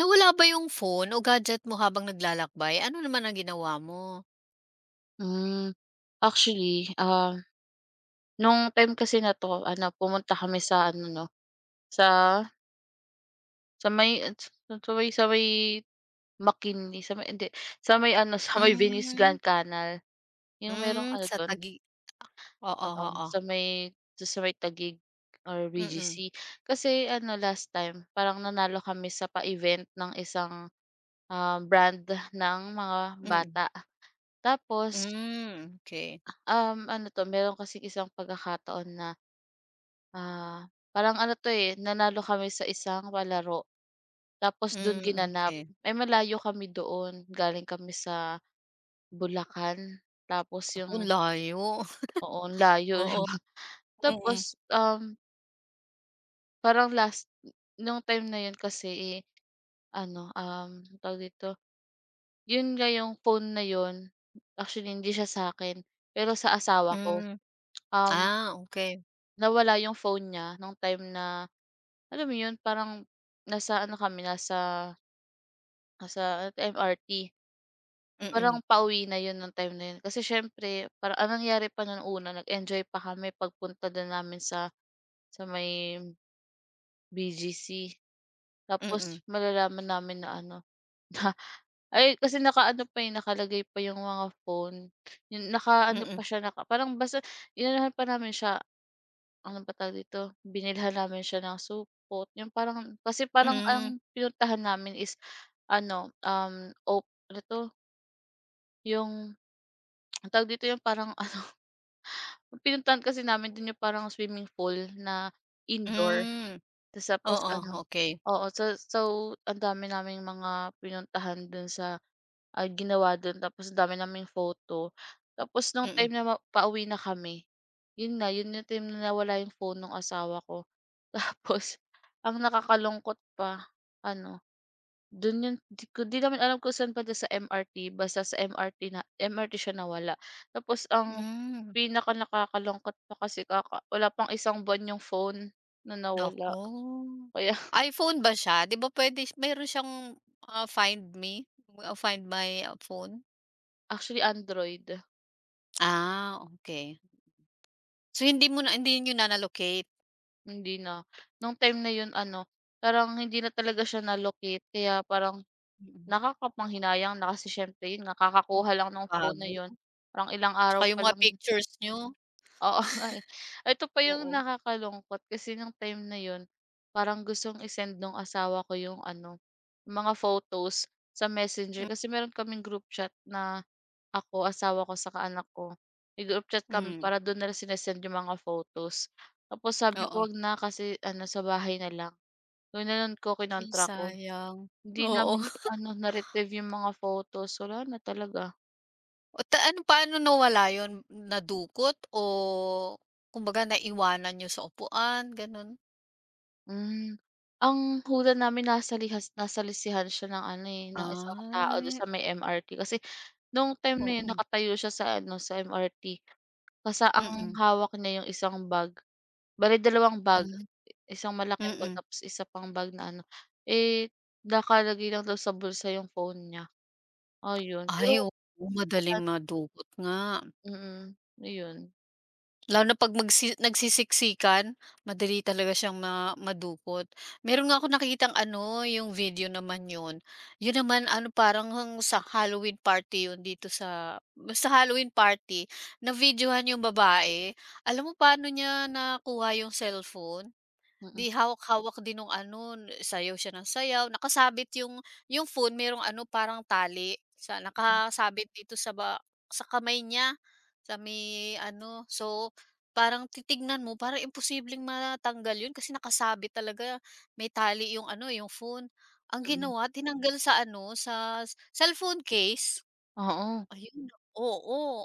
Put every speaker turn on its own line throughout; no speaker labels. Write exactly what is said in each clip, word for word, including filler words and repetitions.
Nawala ba yung phone o gadget mo habang naglalakbay? Ano naman ang ginawa mo?
Hmm. Actually, ah, nung time kasi na 'to ano pumunta kami sa ano 'no, sa sa may sa may sa may McKinley sa may hindi, sa may ano, sa may Venice
Hmm,
Grand Canal. Yung merong
hmm,
ano
sa
dun
tagi oo,
oo,
oo.
sa may sa may tagig or B G C.
Mm,
Kasi ano last time parang nanalo kami sa pa-event ng isang, ah, brand ng mga
mm.
bata. Tapos,
Hmm, okey.
um, ano 'to meron kasi isang pagkakataon na ah, parang ano 'to, eh, nanalo kami sa isang palaro tapos dun
Hmm,
ginanap.
okey.
Eh, malayo kami doon, galing kami sa Bulacan tapos
Naku,
yung
ang layo.
oo, ang layo.
Oo, mm,
Tapos, um, parang last nung time na yun kasi, eh, ano, um, tawag dito, yun nga yung phone na yun, actually hindi siya sa akin pero sa asawa ko.
hmm.
Um,
Ah, okey.
Nawala yung phone niya nung time na alam mo yun, parang nasa ano kami, nasa Nasa M R T.
Mm,
Parang pauwi na 'yun nung time na 'yun. Kasi siyempre parang anong nangyari pa nun una nag-enjoy pa kami pagpunta din namin sa sa may B G C.
mm,
Tapos malalaman namin na ano, na ay kasi nakaano pa, eh, nakalagay pa yung mga phone. Yung nakaano
mm,
pa siya, naka parang basta inanuhan pa namin siya, ano ba tawag dito, binilhan namin siya ng supot, yung parang kasi parang
hmm,
ang pinuntahan namin is ano, um, op ano 'to, yung ang tawag dito yung parang ano, pinuntahan kasi namin din yung parang swimming pool na indoor.
hmm.
Tas tapos
Oo,
ano
okey.
oo, so so ang dami naming mga pinuntahan dun sa ah, ginawa dun tapos ang dami naming photo. Tapos nung
Mm,
time na ma pauwi na kami, yun na yun yung time na nawala yung phone ng asawa ko. Tapos ang nakakalungkot pa ano don yun di ko di namin alam kung saan banda sa M R T, basta sa M R T na M R T siya nawala. Tapos ang
hmm.
pinaka nakakalungkot pa kasi kaka wala pang isang buwan yung phone na nawala.
Naku.
Kaya
iPhone ba siya? 'Di ba puwede meron siyang, ah, Find Me, ah, Find My ah, Phone?
actually Android,
Ah, okey. So, hindi mo na hindi niyo na-allocate?
hindi na. Nung time na yun ano, parang hindi na talaga siya na-locate kaya parang
Mm.
nakakapanghinayang na kasi siyempre yun nga
Oh,
kakakuha lang ng phone na yun,
bago.
parang ilang araw
Tsaka yung
pa
mga
lang.
pictures niyo,
Oo, nga, eh. Ito pa yung
oo.
nakakalungkot kasi nung time na yun, parang gustong i-send nung asawa ko yung ano, mga photos sa Messenger kasi meron kaming group chat na ako, asawa ko, saka anak ko. May group chat kami
Mm,
para dun nalang sine-send yung mga photos. Tapos sabi ko,
oo.
"Wag na kasi ano, sa bahay na lang." Yun na ginanon ko,
Ay,
kinontra ko.
sayang.
Hindi
Oo.
namin ano, na-retrieve yung mga photos. Wala na talaga.
O ta ano, paano nawala yun? Nadukot o kumbaga naiwanan niyo sa upuan, gano'n?
Hmm. Ang hula namin nasa lihas nasa lisihan siya ng ano, eh, ng isang tao do'n
Ay,
sa may M R T. Kasi nung time na 'yun
oo.
nakatayo siya sa ano, sa M R T. Basta ang
Mm.
hawak niya yung isang bag. Bale dalawang bag,
Hmm,
isang malaking bag
mm.
tapos isa pang bag na ano, eh, nakalagay lang daw sa bulsa yung phone niya, ayun.
Ay,
Pero
oo,
wala
madaling madukot nga.
mm, ayun.
Lalo na 'pag magsi nagsisiksikan, madali talaga siyang ma madukot. Meron nga akong nakitang ano, yung video naman yun. Yun naman ano, parang hang- sa Halloween party yun dito sa sa Halloween party, na-videohan yung babae. Alam mo paano niya nakuha yung cellphone?
Mm,
'Di hawak-hawak din nung ano, n- sayaw siya ng sayaw, nakasabit yung yung phone merong ano parang tali sa
mm.
nakasabit dito sa ba sa kamay niya, sa may ano. So, parang titignan mo parang imposibleng matanggal yun kasi nakasabit talaga, may tali yung ano, yung phone. Ang
Mm,
ginawa tinanggal sa ano, sa s- cellphone case.
oo,
Ayun, oo,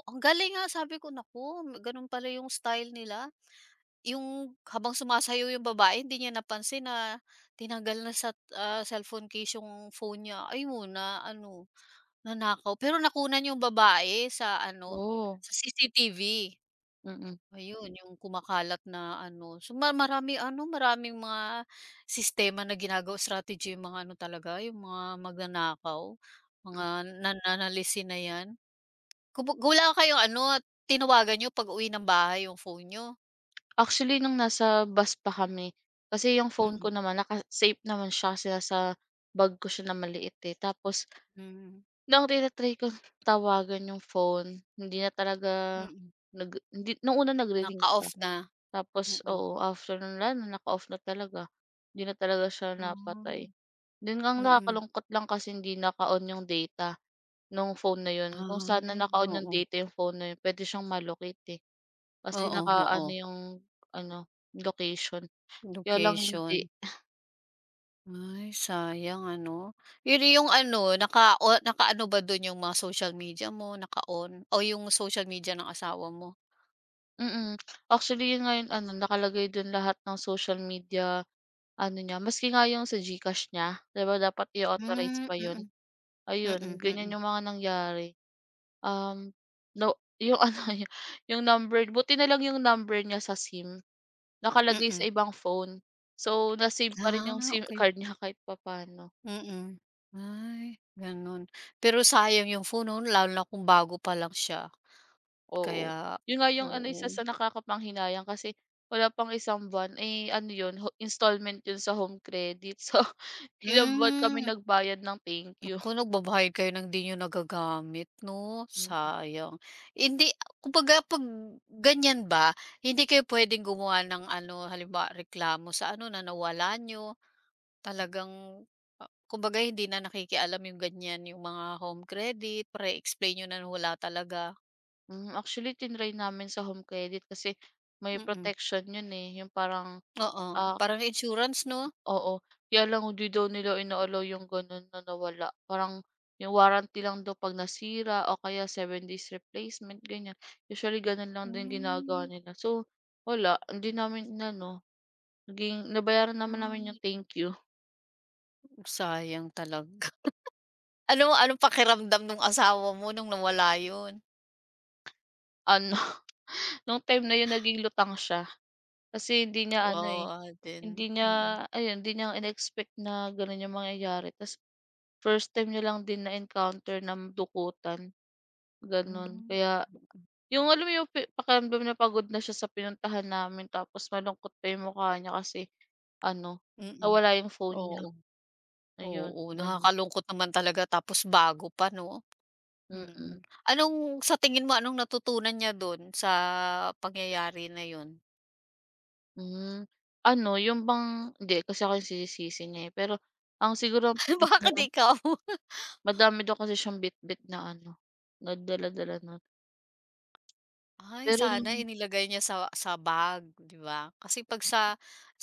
oo. Ang galing nga sabi ko, "Naku, gano'n pala yung style nila." Yung habang sumasayaw yung babae hindi niya napansin na tinanggal na sa, ah, cellphone case yung phone niya. Ayun na ano, nanakaw pero nakunan yung babae sa ano,
oo,
sa C C T V.
mm.
Ayun yung kumakalat na ano, so ma marami ano, maraming mga sistema na ginagawa, strategy yung mga ano talaga, yung mga magnanakaw, mga nananalisi na 'yan. Kung wala kayong ano, at tinawagan niyo pag-uwi ng bahay yung phone niyo?
Actually nung nasa bus pa kami, kasi yung phone
Mm,
ko naman naka-safe naman siya kasi nasa bag ko siya na maliit, eh. Tapos
mm,
nung tina ko tawagan yung phone, hindi na talaga
mm.
nag hindi nung una nagri-ring pa.
Naka-off na,
Tapos
mm.
oo, after no'n wala na, naka-off na talaga. Hindi na talaga siya napatay.
Hmm.
'Yun ang
Mm,
nakakalungkot lang kasi hindi naka-on yung data nung phone na 'yun. Kung sana
ay
naka-on yung
oo,
data yung phone na 'yun puwede siyang ma eh. Kasi
oo,
naka-ano
oo,
yung ano, location. Kaya lang hindi
location. Ay sayang ano. Yun yung ano naka-o nakaano ba dun yung mga social media mo, naka-on o yung social media ng asawa mo?
mm. Actually, yun nga yung ano, nakalagay dun lahat ng social media ano niya, maski nga yung sa g cash niya, 'di ba dapat i-authorize
Hmm,
pa yun.
mm,
Ayun,
mm, mm,
ganyan yung mga nangyari. Um, no yung ano, yung number buti na lang yung number niya sa SIM, nakalagay sa
mm.
ibang phone. So, na-save pa rin yung
Ah,
SIM
okey,
card niya kahit papaano.
mm. Ay ganun. Pero sayang yung phone 'no, lalo na kung bago pa lang siya
Oo,
kaya
yun nga yung ano isa
oo.
sa nakakapanghinayang kasi wala pang isang buwan, eh, ano yun ho installment yun sa Home Credit. So ilang buwan kami
Hmm.
nagbayad ng thank you.
Naku, nagbabayad kayo ng di niyo nagagamit 'no,
Mm,
sayang. Hindi kumbaga 'pag ganyan ba, hindi kayo puwedeng gumawa ng ano, halimbawa reklamo sa ano na nawala niyo, talagang, ah, kumbaga hindi na nakikialam yung ganyan, yung mga home credit para i-explain niyo na wala talaga?
mm, actually tinry namin sa Home Credit kasi may
Mm,
protection yun, eh, yung parang,
oo,
ah
parang insurance 'no?
oo, kaya lang hindi daw nila ina yung ganun na nawala parang yung warranty lang daw 'pag nasira o kaya seven days replacement ganyan, usually ganun lang din ginagawa
Hmm,
nila so wala hindi namin inano. Naging nabayaran naman namin yung
ay,
thank you.
sayang talaga. Ano anong pakiramdam nung asawa mo nung nawala yun?
Ano, nung time na yun naging lutang siya. Kasi hindi niya ano, eh,
Kawawa din,
hindi niya
mm.
ayun, hindi niya in-expect na gano'n yung mangyayari ta's first time niya lang din na-encounter ng dukutan, gano'n.
Hmm.
Kaya yung alam mo yung pi pakiramdam na pagod na siya sa pinuntahan namin tapos malungkot pa yung mukha niya kasi ano,
Mm,
nawala yung phone niya,
oo,
ayun,
oo,
gano'n.
nakakalungkot naman talaga tapos bago pa 'no?
Mm.
Mm. Anong sa tingin mo anong natutunan niya dun sa pangyayari na yun?
Hmm, ano yung bang hindi kasi ako yung sinisisi niya, eh, pero ang siguro ang
Bakit
pinaka
ikaw?
madami daw kasi siyang bitbit na ano, na dala-dala nun.
Ay
Pero
sana
yung
inilagay niya sa sa bag, 'di ba? Kasi 'pag sa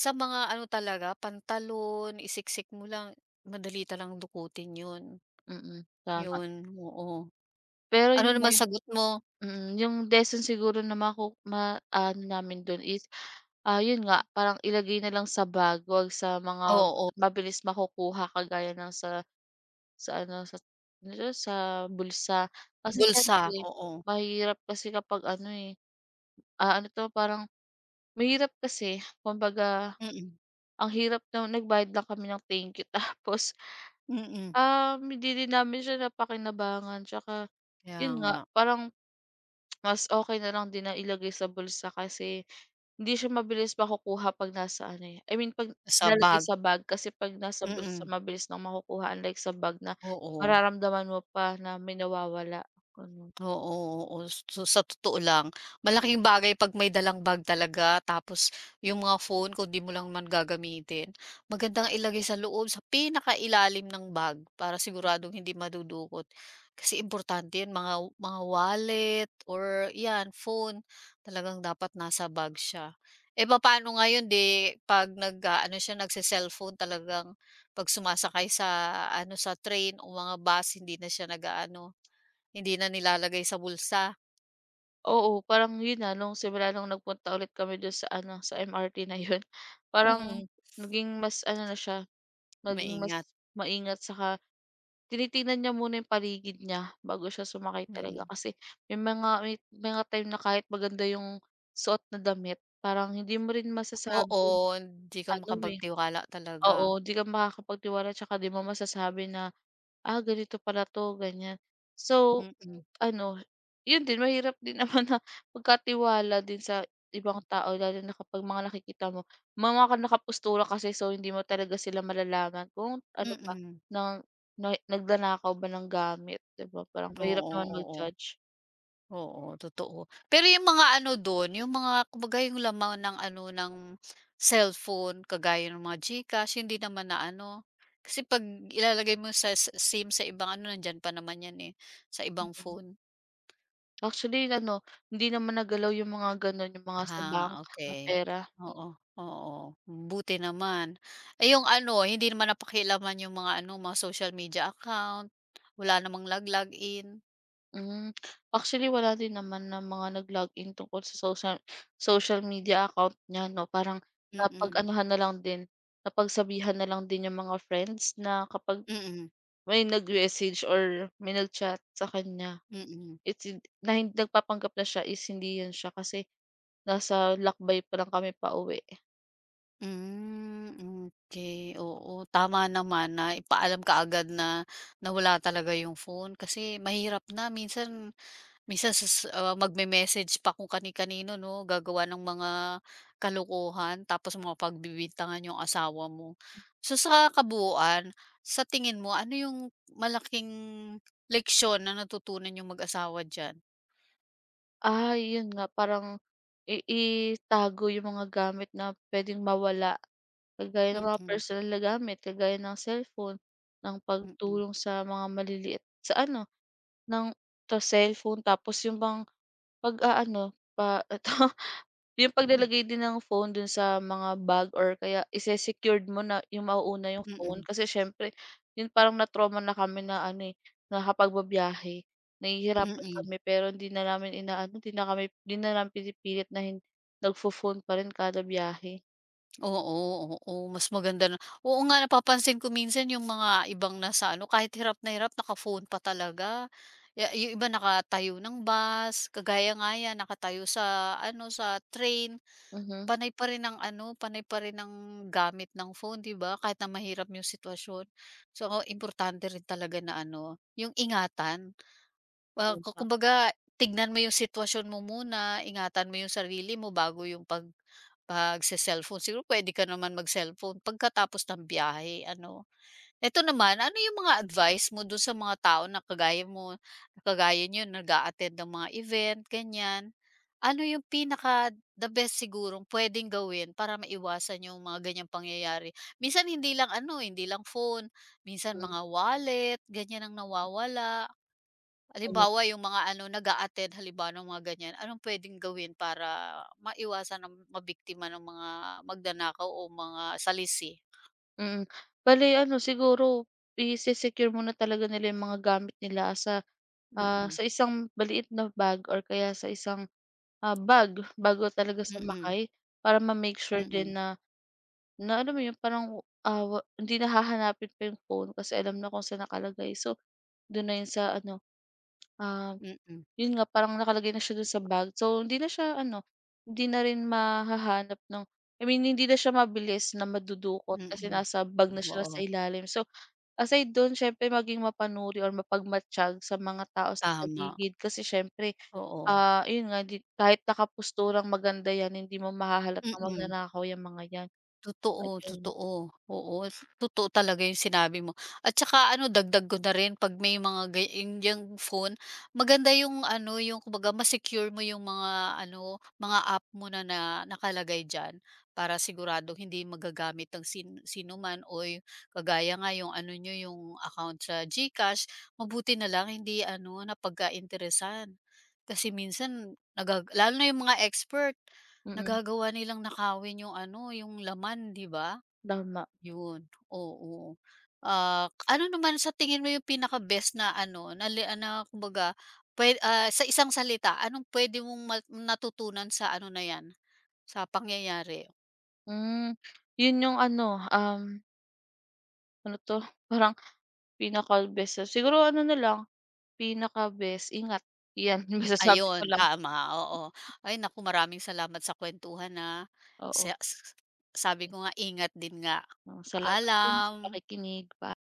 sa mga ano talaga pantalon, isiksik mo lang, madali talagang dukutin yun.
mm, tama.
Yun, oo.
Pero
Ano
yun nga
naman
yung
sagot mo?
mm, yung lesson siguro na maku ma-aano namin dun is, ah, yun nga parang ilagay na lang sa bag, wag sa mga
Oo,
mabilis makukuha kagaya ng sa Sa ano, sa ano 'to, sa bulsa. Kasi
bulsa,
siyempre
oo.
mahirap kasi kapag ano, eh, ah, ano 'to, parang mahirap kasi kumbaga
Mm,
ang hirap na nagbayad lang kami ng thank you tapos,
mm,
um, hindi din namin siya napakinabangan. Tsaka
kaya
yun nga,
nga.
parang mas okey na lang din na ilagay sa bulsa kasi hindi siya mabilis makukuha 'pag nasa ano, eh, I mean 'pag
Sa
nilalagay
bag,
sa bag kasi 'pag nasa bulsa
mm,
mabilis nang makukuha unlike sa bag na
oo.
mararamdaman mo pa na may nawawala, gano'n.
Oo, oo. So, sa totoo lang, malaking bagay 'pag may dalang bag talaga tapos yung mga phone kung 'di mo lang man gagamitin, magandang ilagay sa loob, sa pinakailalim ng bag para siguradong hindi madudukot. Kasi importante 'yan, mga mga wallet or 'yan, phone, talagang dapat nasa bag siya. Eh, paano ngayon 'di 'pag nag ah, ano siya, nagse-cellphone talagang 'pag sumasakay sa ano, sa train o mga bus, hindi na siya nag ano hindi na nilalagay sa bulsa,
Oo, parang 'yun nga nung simula nung nagpunta ulit kami do'n sa ano, sa M R T na 'yun, parang
mm,
naging mas ano na siya, naging mas
maingat,
maingat saka tinitingnan niya muna yung paligid niya bago siya sumakay talaga
mm.
kasi may mga may mga time na kahit maganda yung suot na damit parang hindi mo rin
Oo,
masasabi
hindi ka
ano, eh
makapagtiwala
oo,
talaga,
'di ka makakapagtiwala tsaka 'di mo masasabi na, "Ah, ganito pala 'to," ganyan. So,
mm,
ano, yun din mahirap din naman na magkatiwala din sa ibang tao lalo na kapag mga nakikita mo mga nakapostura kasi so hindi mo talaga sila malalaman kung ano ba
mm.
ng na nagnanakaw ba ng gamit, 'di ba? Parang mahirap
Oo,
naman
oo,
mag-judge.
oo, totoo. Pero yung mga ano dun, yung mga kumbaga yung laman ng ano, ng cellphone kagaya ng mga GCash hindi naman na ano, kasi 'pag ilalagay mo sa s- SIM sa ibang ano, nandiyan pa naman yan, eh, sa ibang phone.
Actually ano, hindi naman nagalaw yung mga gano'n, yung mga sa bank
Ah,
na
okey.
pera.
Oo, oo. Buti naman. Eh, yung ano, hindi naman napakialaman yung mga ano, mga social media account? Wala namang nag-login?
Hmm, actually wala din naman na mga nag-login tungkol sa social social media account niya 'no, parang
Mm,
napag-anuhan na lang din, napagsabihan na lang din yung mga friends na kapag
mm,
may nag-message or may nag-chat sa kanya,
mm.
it's hin na hin nagpapanggap na siya is hindi 'yun siya kasi nasa lakbay pa lang kami pauwi.
Hmm, okey. Oo, tama naman na ipaalam kaagad na nawala talaga yung phone kasi mahirap na minsan. Minsan sus ah, magme-message pa kung kani-kanino 'no, gagawa ng mga kalokohan tapos mga mapagbibintangan yung asawa mo. So, sa kabuuan, sa tingin mo ano yung malaking leksyon na natutunan yung mag-asawa diyan?
Ah, yun nga parang i itago yung mga gamit na puwedeng mawala. Kagaya ng
Mm,
mga
mm,
personal na gamit, kagaya ng cellphone, ng
mm,
pagtulong sa mga maliliit sa ano, ng to cellphone tapos yung bang pag-aano pa eto yung paglalagay din ng phone dun sa mga bag or kaya ise-secured mo na yung mauuna yung phone
mm,
kasi siyempre yun parang na-trauma na kami na ano, eh, na kapag nahihirapan
mm.
kami pero hindi na namin inaano, hindi na kami hindi na namin pinipilit na hin nagfo-phone pa rin kada biyahe.
Oo, oo, mas maganda na oo nga napapansin ko minsan yung mga ibang nasa ano, kahit hirap na hirap naka-phone pa talaga. Ya yung iba nakatayo ng bus, kagaya nga yan nakatayo sa ano, sa train.
Mhm,
Panay pa rin ang ano, panay pa rin ang gamit ng phone, 'di ba? Kahit na mahirap yung sitwasyon. So, ako importante rin talaga na ano, yung ingatan. Ah, ku
tama,
kumbaga tignan mo yung sitwasyon mo muna, ingatan mo yung sarili mo bago yung pag pag sa cellphone. Siguro pwede ka naman mag-cellphone pagkatapos ng biyahe ano. Eto naman, ano yung mga advice mo dun sa mga tao na kagaya mo, kagaya nyo nag-a-attend ng mga event, ganyan? Ano yung pinaka the best sigurong puwedeng gawin para maiwasan yung mga ganyang pangyayari? Minsan hindi lang ano, hindi lang phone, minsan
mm,
mga wallet, ganyan ang nawawala.
ayun.
Halimbawa, yung mga ano, nag-a-attend halimbawa ng mga ganyan, anong puwedeng gawin para maiwasan ang mabiktima ng mga magnanakaw o mga salisi?
Mm, bale ano siguro ise-secure muna talaga nila yung mga gamit nila sa,
Mm,
ah,
mm,
sa isang maliit na bag or kaya sa isang ah, bag, bago talaga
mm,
sumakay para ma-make Hmm. sure din
mm,
na na alam mo yun parang, ah, wa hindi na hahanapin pa yung phone kasi alam na kung saan nakalagay. So, dun na yun sa ano, ah yun nga parang nakalagay na siya dun sa bag. So, hindi na siya ano, hindi na rin mahahanap ng I mean hindi na siya mabilis na madudukot
mm,
kasi
mm.
nasa bag na siya sa
Oo,
ilalim. So, aside dun siyempre maging mapanuri or mapagmatyag sa mga tao sa
tama,
paligid kasi siyempre,
oo,
ah, yun nga di kahit nakapusturang maganda yan hindi mo mahahalatang
mm.
magnanakaw yang mga yan.
Totoo,
Ayun,
totoo. Oo, totoo talaga yung sinabi mo. At saka ano, dagdag ko na rin 'pag may mga ga yung yang phone, maganda yung ano, yung kumbaga ma-secure mo yung mga ano, mga app mo na na nakalagay diyan para sigurado hindi magagamit ng sin sino man o yu kagaya nga yung ano niyo, yung account sa GCash, mabuti na lang hindi ano, napagka-interesan. Kasi minsan nagag lalo na yung mga expert.
mm,
Nagagawa nilang nakawin yung ano, yung laman, 'di ba?
tama.
Yun, oo. Ah, ano naman sa tingin mo yung pinaka-best na ano, na li na kumbaga pwe ah, sa isang salita, anong puwede mong ma natutunan sa ano na 'yan, sa pangyayari?
Hmm, yun yung ano, um, ano 'to, parang pinaka-best siguro ano na lang pinaka-best, ingat. 'Yan masasabi ko
Ayun,
lang,
tama, oo. Ay naku, maraming salamat sa kwentuhan na.
oo.
Sa s- Sabi ko nga, ingat din nga.
Salamat din sa
Paalam.
pakikinig, paalam.